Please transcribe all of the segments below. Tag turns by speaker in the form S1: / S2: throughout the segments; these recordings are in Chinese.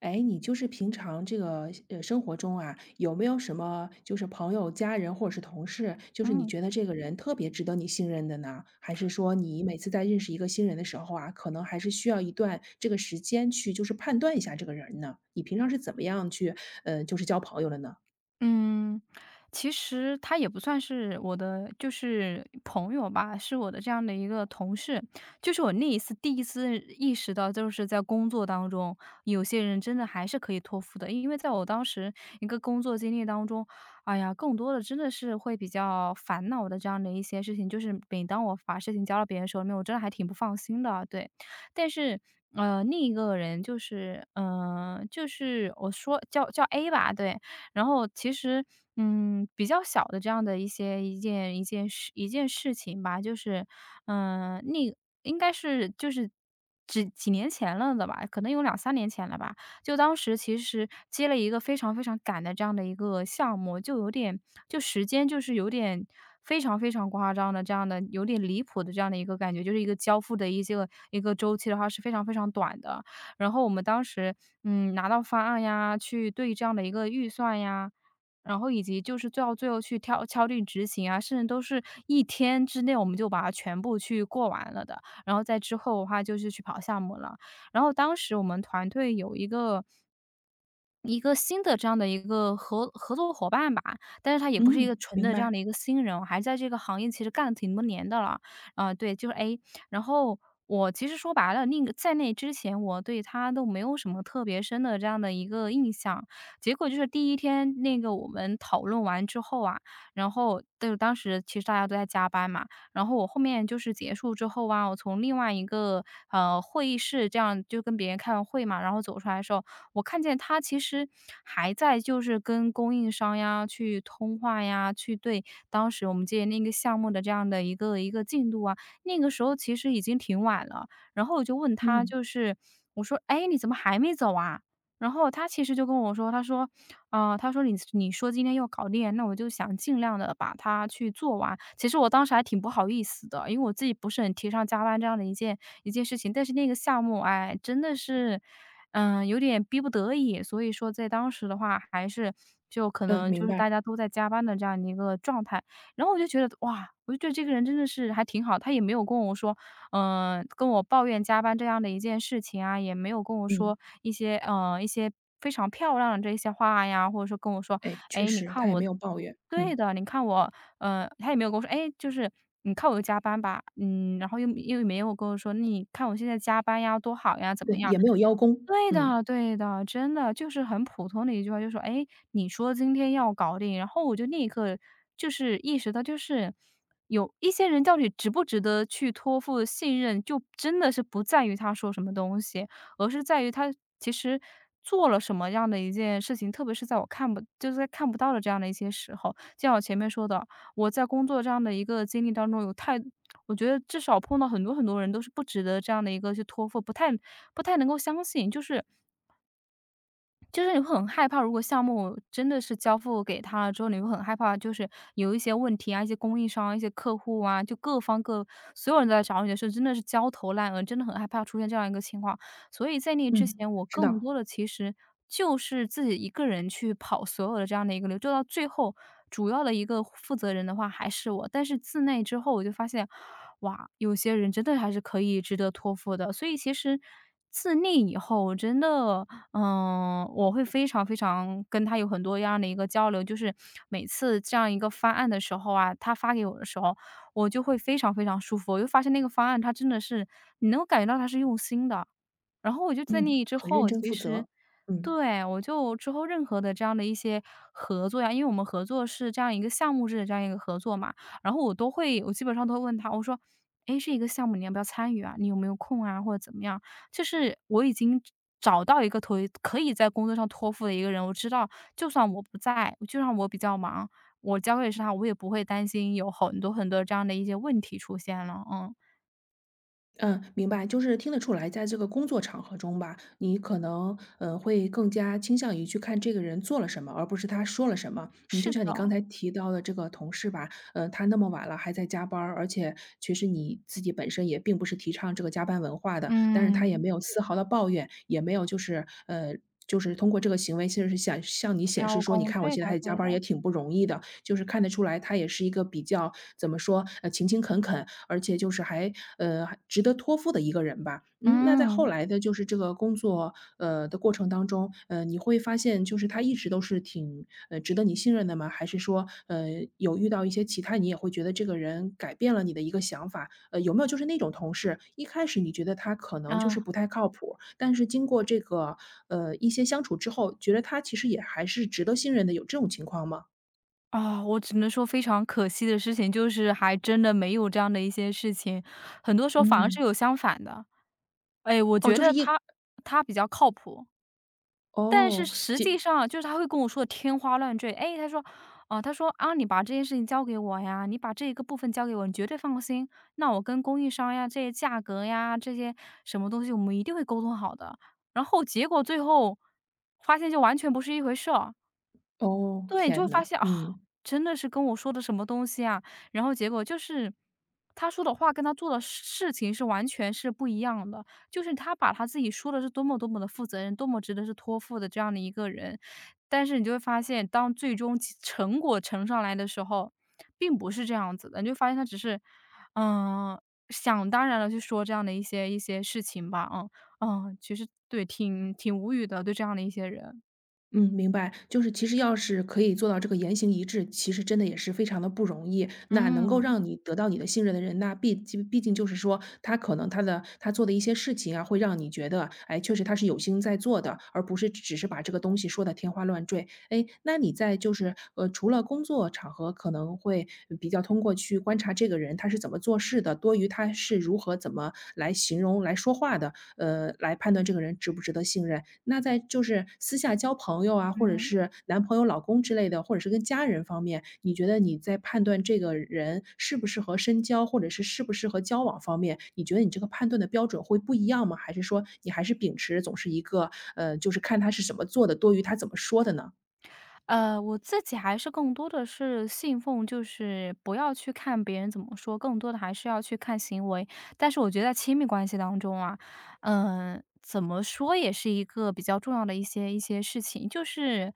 S1: 哎，你就是平常这个生活中啊，有没有什么就是朋友、家人或者是同事，就是你
S2: 嗯
S1: 觉得这个人特别值得你信任的呢？还是说你每次在认识一个新人的时候啊，可能还是需要一段这个时间去就是判断一下这个人呢？你平常是怎么样去就是交朋友的呢？
S2: 嗯，其实他也不算是我的，就是朋友吧，是我的这样的一个同事。就是我那一次第一次意识到，就是在工作当中，有些人真的还是可以托付的。因为在我当时一个工作经历当中，哎呀，更多的真的是会比较烦恼的这样的一些事情，就是每当我把事情交到别人手里面，我真的还挺不放心的，对。但是，另一个人就是，就是我说叫 A 吧，对，然后其实，比较小的这样的一些一件一件事一件事情吧，就是，那应该是就是几年前了的吧，可能有两三年前了吧。就当时其实接了一个非常非常赶的这样的一个项目，就有点就时间就是有点非常非常夸张的这样的有点离谱的这样的一个感觉，就是一个交付的一个周期的话是非常非常短的。然后我们当时，拿到方案呀，去对这样的一个预算呀，然后以及就是最后去敲定执行啊，甚至都是一天之内我们就把它全部去过完了的。然后在之后的话就是去跑项目了。然后当时我们团队有一个新的这样的一个合作伙伴吧，但是他也不是一个
S1: 嗯，
S2: 纯
S1: 明
S2: 的这
S1: 白。
S2: 样的一个新人，我还在这个行业其实干了挺多年的了。啊，对，就是 A。然后我其实说白了，那个在那之前我对他都没有什么特别深的这样的一个印象。结果就是第一天那个我们讨论完之后啊，然后对，当时其实大家都在加班嘛，然后我后面就是结束之后啊，我从另外一个，会议室这样就跟别人开完会嘛，然后走出来的时候，我看见他其实还在就是跟供应商呀去通话呀，去对当时我们接那个项目的这样的一个进度啊，那个时候其实已经挺晚了。然后我就问他，
S1: 嗯
S2: 就是我说："哎，你怎么还没走啊？"然后他其实就跟我说，他说："你说今天要搞定，那我就想尽量的把它去做完。"其实我当时还挺不好意思的，因为我自己不是很提倡加班这样的一件事情，但是那个项目，哎，真的是。有点逼不得已，所以说在当时的话，还是就可
S1: 嗯，
S2: 能就
S1: 明
S2: 是大
S1: 白。
S2: 家都在加班的这样的一个状态。然后我就觉得，哇，我就觉得这个人真的是还挺好，他也没有跟我说，跟我抱怨加班这样的一件事情啊，也没有跟我
S1: 嗯，
S2: 说一些非常漂亮的这些话呀，或者说跟我说，
S1: 哎，确
S2: 哎，你
S1: 实
S2: 看
S1: 他也
S2: 我，
S1: 没有抱怨。
S2: 对
S1: 嗯，
S2: 的，你看我，他也没有跟我说，哎，就是你看我有加班吧，然后又没有跟我说，你看我现在加班呀，多好呀，怎么
S1: 对，
S2: 样？
S1: 也没有邀功。
S2: 对
S1: 嗯
S2: 的对的，真的，就是很普通的一句话，就说："哎，你说今天要搞定。"然后我就立刻就是意识到，就是有一些人到底值不值得去托付信任，就真的是不在于他说什么东西，而是在于他其实做了什么样的一件事情。特别是在看不到的这样的一些时候，就像我前面说的，我在工作这样的一个经历当中我觉得至少碰到很多很多人都是不值得这样的一个去托付，不太能够相信，就是你会很害怕，如果项目真的是交付给他了之后，你会很害怕，就是有一些问题啊，一些供应商啊一些客户啊，就各方各所有人都在找你的时候，真的是焦头烂额，真的很害怕出现这样一个情况。所以在那之
S1: 嗯，
S2: 前，我
S1: 知
S2: 更
S1: 道。
S2: 多的其实就是自己一个人去跑所有的这样的一个流，就到最后主要的一个负责人的话还是我。但是自那之后，我就发现，哇，有些人真的还是可以值得托付的。所以其实自那以后，我真的嗯，我会非常非常跟他有很多样的一个交流，就是每次这样一个方案的时候啊，他发给我的时候，我就会非常非常舒服。我就发现那个方案，他真的是你能够感觉到他是用心的。然后我就在
S1: 嗯，
S2: 那之
S1: 很认
S2: 后，
S1: 真
S2: 其
S1: 负
S2: 实
S1: 责。嗯。
S2: 对，我就之后任何的这样的一些合作呀，因为我们合作是这样一个项目制的这样一个合作嘛，然后我基本上都会问他，我说："诶，这一个项目你要不要参与啊？你有没有空啊？或者怎么样？"就是我已经找到一个可以在工作上托付的一个人，我知道就算我不在，就算我比较忙，我交给是他，我也不会担心有很多很多这样的一些问题出现了，嗯，
S1: 嗯，明白，就是听得出来，在这个工作场合中吧，你可能会更加倾向于去看这个人做了什么，而不是他说了什么。你
S2: 是
S1: 就像你
S2: 的，
S1: 刚才提到的这个同事吧，他那么晚了还在加班儿，而且其实你自己本身也并不是提倡这个加班文化的，但是他也
S2: 嗯，
S1: 没有丝毫的抱怨，也没有就是就是通过这个行为，其实是想向你
S2: 需
S1: 显示
S2: 要
S1: 说，你
S2: 工，
S1: 看我
S2: 对
S1: 现在还
S2: 的
S1: 在加
S2: 对
S1: 班
S2: 的，
S1: 儿也挺不容易的。就是看得出来，他也是一个比较怎么说，勤勤恳恳，而且就是还值得托付的一个人吧。嗯，那在后
S2: 嗯，
S1: 来的就是这个工作的过程当中，你会发现就是他一直都是挺值得你信任的吗？还是说有遇到一些其他你也会觉得这个人改变了你的一个想法？有没有就是那种同事一开始你觉得他可能就
S2: 啊。
S1: 是不太靠谱，但是经过这个一些相处之后，觉得他其实也还是值得信任的，有这种情况吗？
S2: 啊、我只能说非常可惜的事情，就是还真的没有这样的一些事情，很多时候反而是
S1: 嗯。
S2: 有相反的。哎，我
S1: 哦，
S2: 觉
S1: 就是
S2: 得
S1: 一。
S2: 他比较靠谱，但是
S1: 哦，
S2: 实
S1: 结。
S2: 际上就是他会跟我说的天花乱坠，哎，他说啊，你把这件事情交给我呀，你把这一个部分交给我，你绝对放心。那我跟供应商呀，这些价格呀，这些什么东西，我们一定会沟通好的。"然后结果最后发现就完全不是一回事儿。
S1: 哦，
S2: 对，你就会
S1: 天
S2: 发
S1: 呐。
S2: 现啊，
S1: 嗯。
S2: 真的是跟我说的什么东西啊，然后结果就是他说的话跟他做的事情是完全是不一样的。就是他把他自己说的是多么多么的负责任，多么值得是托付的这样的一个人，但是你就会发现，当最终其成果呈上来的时候，并不是这样子的。你就发现他只是，嗯，想当然的去说这样的一些事情吧，其实对，挺无语的，对这样的一些人。
S1: 嗯，明白。就是其实要是可以做到这个言行一致，其实真的也是非常的不容易。那能够
S2: 嗯，
S1: 让你得到你的信任的人，那毕竟就是说，他可能他做的一些事情啊，会让你觉得，哎，确实他是有心在做的，而不是只是把这个东西说的天花乱坠。哎，那你在就是，除了工作场合可能会比较通过去观察这个人他是怎么做事的，多于他是如何怎么来形容、来说话的，来判断这个人值不值得信任。那在就是私下交朋友啊，或者
S2: 嗯。
S1: 是男朋友、老公之类的，或者是跟家人方面，你觉得你在判断这个人适不适合深交，或者是适不适合交往方面，你觉得你这个判断的标准会不一样吗？还是说你还是秉持总是一个，就是看他是怎么做的，多于他怎么说的呢？
S2: 我自己还是更多的是信奉，就是不要去看别人怎么说，更多的还是要去看行为。但是我觉得在亲密关系当中啊，怎么说也是一个比较重要的一些事情，就是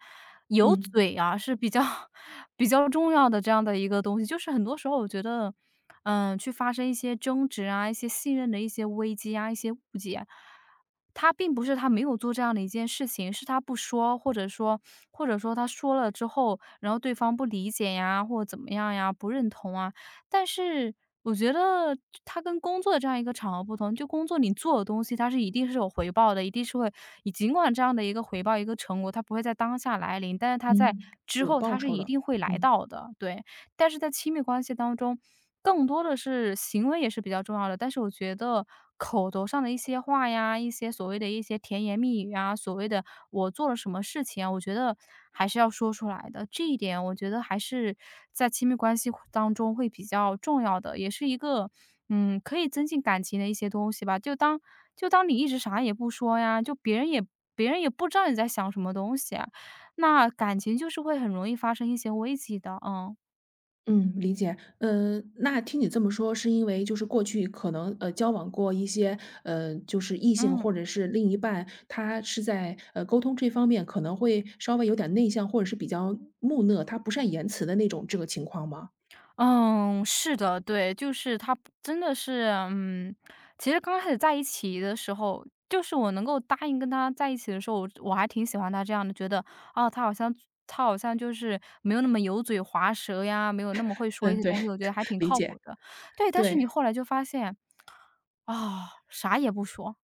S2: 有
S1: 嗯
S2: 嘴啊是比较 比较重要的这样的一个东西。就是很多时候我觉得，去发生一些争执啊，一些信任的一些危机啊，一些误解。他并不是他没有做这样的一件事情，是他不说，或者说他说了之后，然后对方不理解呀，或者怎么样呀，不认同啊。但是我觉得他跟工作的这样一个场合不同，就工作你做的东西，它是一定是有回报的，一定是会你尽管这样的一个回报、一个成果，它不会在当下来临，但是它在
S1: 嗯。
S2: 之
S1: 有
S2: 后
S1: 报
S2: 它是
S1: 酬
S2: 一
S1: 的。
S2: 定会来
S1: 嗯。
S2: 到的，对。但是在亲密关系当中，更多的是行为也是比较重要的，但是我觉得口头上的一些话呀，一些所谓的一些甜言蜜语啊，所谓的我做了什么事情啊，我觉得还是要说出来的。这一点我觉得还是在亲密关系会当中会比较重要的，也是一个，嗯，可以增进感情的一些东西吧。就当你一直啥也不说呀，就别人也不知道你在想什么东西啊，那感情就是会很容易发生一些危机的，嗯。
S1: 嗯，理解。嗯，那听你这么说，是因为就是过去可能交往过一些就是异性
S2: 嗯，
S1: 或者是另一半，他是在沟通这方面可能会稍微有点内向，或者是比较木讷，他不善言辞的那种这个情况吗？
S2: 嗯，是的，对，就是他不真的是，嗯，其实刚开始在一起的时候，就是我能够答应跟他在一起的时候，我还挺喜欢他这样的，觉得哦，他好像就是没有那么油嘴滑舌呀，没有那么会说一
S1: 嗯，
S2: 些
S1: 对，
S2: 东西，我觉得还 挺
S1: 理
S2: 靠
S1: 解。
S2: 谱的。对，但是
S1: 对，
S2: 你后来就发现，啊，啥也不说，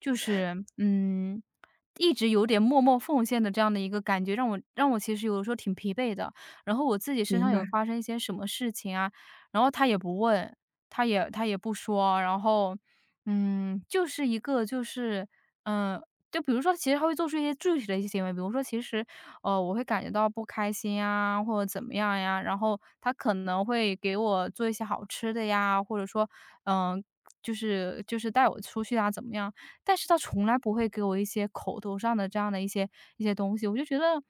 S2: 就是嗯，一直有点默默奉献的这样的一个感觉，让我其实有的时候挺疲惫的。然后我自己身
S1: 明
S2: 上
S1: 白。
S2: 有发生一些什么事情啊，然后他也不问，他也不说，然后嗯，就是一个就是嗯、呃就比如说，其实他会做出一些具体的一些行为，比如说，其实，我会感觉到不开心呀，或者怎么样呀，然后他可能会给我做一些好吃的呀，或者说，嗯、就是就是带我出去啊，怎么样？但是他从来不会给我一些口头上的这样的一些一些东西，我就觉得，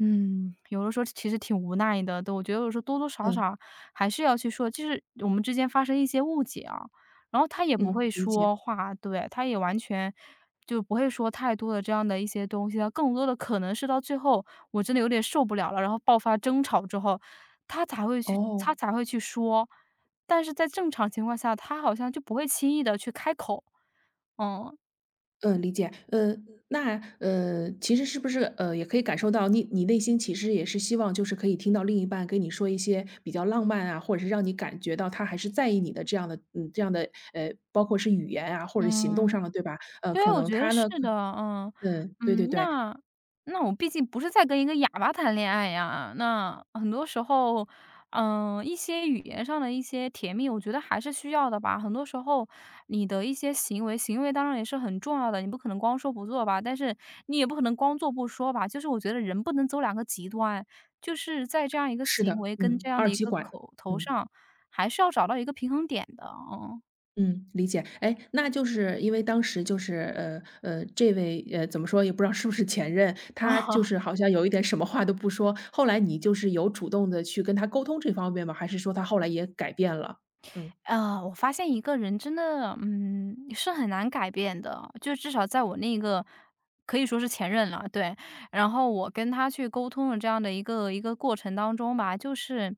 S2: 嗯，有的时候其实挺无奈的。对，我觉得有时候多多少
S1: 嗯
S2: 少还是要去说，就是我们之间发生一些误解啊，然后他也不
S1: 嗯，
S2: 会
S1: 理解。
S2: 说话，对，他也完全。就不会说太多的这样的一些东西了，更多的可能是到最后我真的有点受不了了，然后爆发争吵之后，他才会去他
S1: 哦。
S2: 才会去说。但是在正常情况下，他好像就不会轻易的去开口。嗯。
S1: 嗯，理解。那其实是不是也可以感受到你内心其实也是希望，就是可以听到另一半跟你说一些比较浪漫啊，或者是让你感觉到他还是在意你的这样的，嗯，这样的包括是语言啊，或者行动
S2: 嗯。
S1: 上的，对吧？
S2: 对，
S1: 可
S2: 我
S1: 能
S2: 觉得
S1: 他
S2: 是
S1: 呢，可
S2: 的，嗯，
S1: 嗯，对对
S2: 嗯，
S1: 对。
S2: 那我毕竟不是在跟一个哑巴谈恋爱呀，那很多时候，嗯，一些语言上的一些甜蜜，我觉得还是需要的吧。很多时候，你的一些行为，行为当然也是很重要的，你不可能光说不做吧，但是你也不可能光做不说吧。就是我觉得人不能走两个极端，就是在这样一个
S1: 是
S2: 行
S1: 的。
S2: 为跟
S1: 嗯，
S2: 这样
S1: 二
S2: 的一
S1: 极
S2: 个
S1: 管。
S2: 口头
S1: 嗯。
S2: 上，还是要找到一个平衡点的，嗯。
S1: 嗯，理解。哎，那就是因为当时就是，这位怎么说也不知道是不是前任，他就 是好像有一点什么话都不说。后来你就是有主动的去跟他沟通这方面吗？还是说他后来也改变了？嗯。
S2: 我发现一个人真的，嗯，是很难改变的，就至少在我那个可以说是前任了，对。然后我跟他去沟通的这样的一个过程当中吧，就是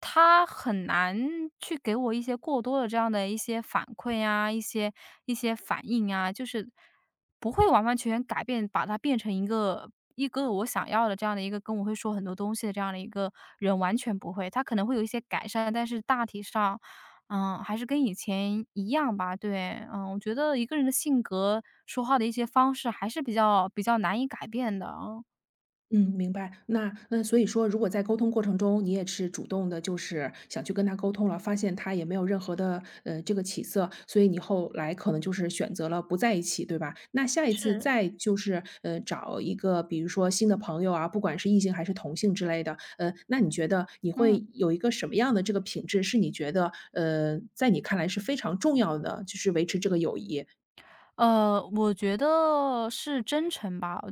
S2: 他很难去给我一些过多的这样的一些反馈啊，一些反应啊，就是不会完完全全改变，把他变成一个我想要的这样的一个跟我会说很多东西的这样的一个人，完全不会。他可能会有一些改善，但是大体上，嗯，还是跟以前一样吧。对，嗯，我觉得一个人的性格、说话的一些方式还是比较难以改变的啊。嗯
S1: 嗯，明白。那所以说，如果在沟通过程中，你也是主动的，就是想去跟他沟通了，发现他也没有任何的这个起色，所以你后来可能就是选择了不在一起，对吧？那下一次
S2: 是，
S1: 再就是找一个，比如说新的朋友啊，不管是异性还是同性之类的，那你觉得你
S2: 嗯。
S1: 会有一个什么样的这个品质，是你觉得在你看来是非常重要的，就是维持这个友谊？
S2: 我觉得是真诚吧，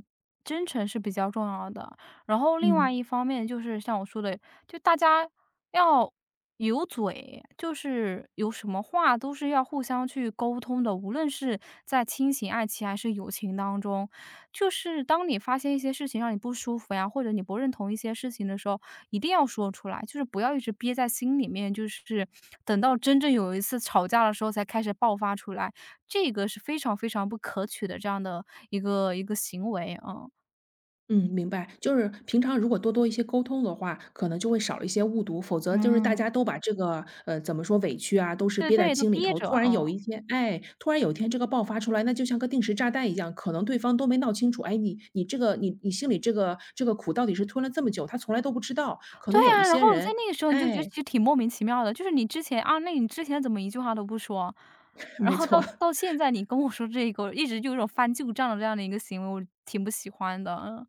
S2: 真诚是比较重要的。然后另
S1: 嗯
S2: 外一方面就是像我说的，就大家要有嘴，就是有什么话都是要互相去沟通的，无论是在亲情、爱情还是友情当中，就是当你发现一些事情让你不舒服呀，或者你不认同一些事情的时候，一定要说出来，就是不要一直憋在心里面，就是等到真正有一次吵架的时候才开始爆发出来。这个是非常不可取的这样的一个行为，嗯。
S1: 嗯，明白。就是平常如果多一些沟通的话，可能就会少了一些误读，否则就是大
S2: 嗯。
S1: 家都把这个，怎么说，委屈啊，都是
S2: 对
S1: 憋在
S2: 对，都
S1: 心里
S2: 憋
S1: 头，
S2: 着，
S1: 突然有
S2: 嗯。
S1: 一天哎，突然有一天这个爆发出来，那就像个定时炸弹一样，可能对方都没闹清楚，哎，你这个你心里这个这个苦到底是吞了这么久，他从来都不知道，可
S2: 对
S1: 能有一
S2: 啊，然
S1: 些
S2: 后在
S1: 人
S2: 那个时候你就觉得
S1: 哎，
S2: 其实挺莫名其妙的，就是你之前啊，那你之前怎么一句话都不说，然
S1: 没
S2: 后到
S1: 错。
S2: 到现在你跟我说这个，一直就有一种翻旧账的这样的一个行为，我挺不喜欢的，嗯。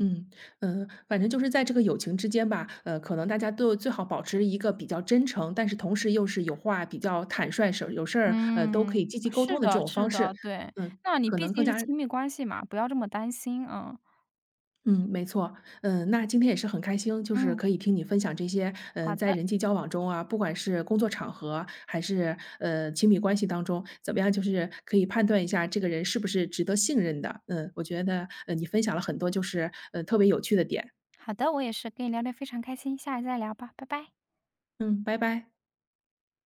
S1: 嗯。反正就是在这个友情之间吧，可能大家都最好保持一个比较真诚，但是同时又是有话比较坦率，事儿有事儿，都可以
S2: 嗯。
S1: 积极沟
S2: 是
S1: 通的这
S2: 的
S1: 种
S2: 是
S1: 方
S2: 的，
S1: 式。
S2: 对。
S1: 嗯，
S2: 那你
S1: 可
S2: 毕
S1: 能更
S2: 竟是
S1: 加。
S2: 亲密关系嘛，不要这么担心，嗯。
S1: 嗯，没错。嗯，那今天也是很开心，就是
S2: 嗯。
S1: 可以听你分享这些，嗯，
S2: 好
S1: 在
S2: 的
S1: 人际交往中啊，不管是工作场合还是亲密关系当中，怎么样，就是可以判断一下这个人是不是值得信任的。嗯，我觉得你分享了很多就是特别有趣的点。
S2: 好的，我也是，跟你聊得非常开心，下次再聊吧，拜拜。
S1: 嗯，拜拜。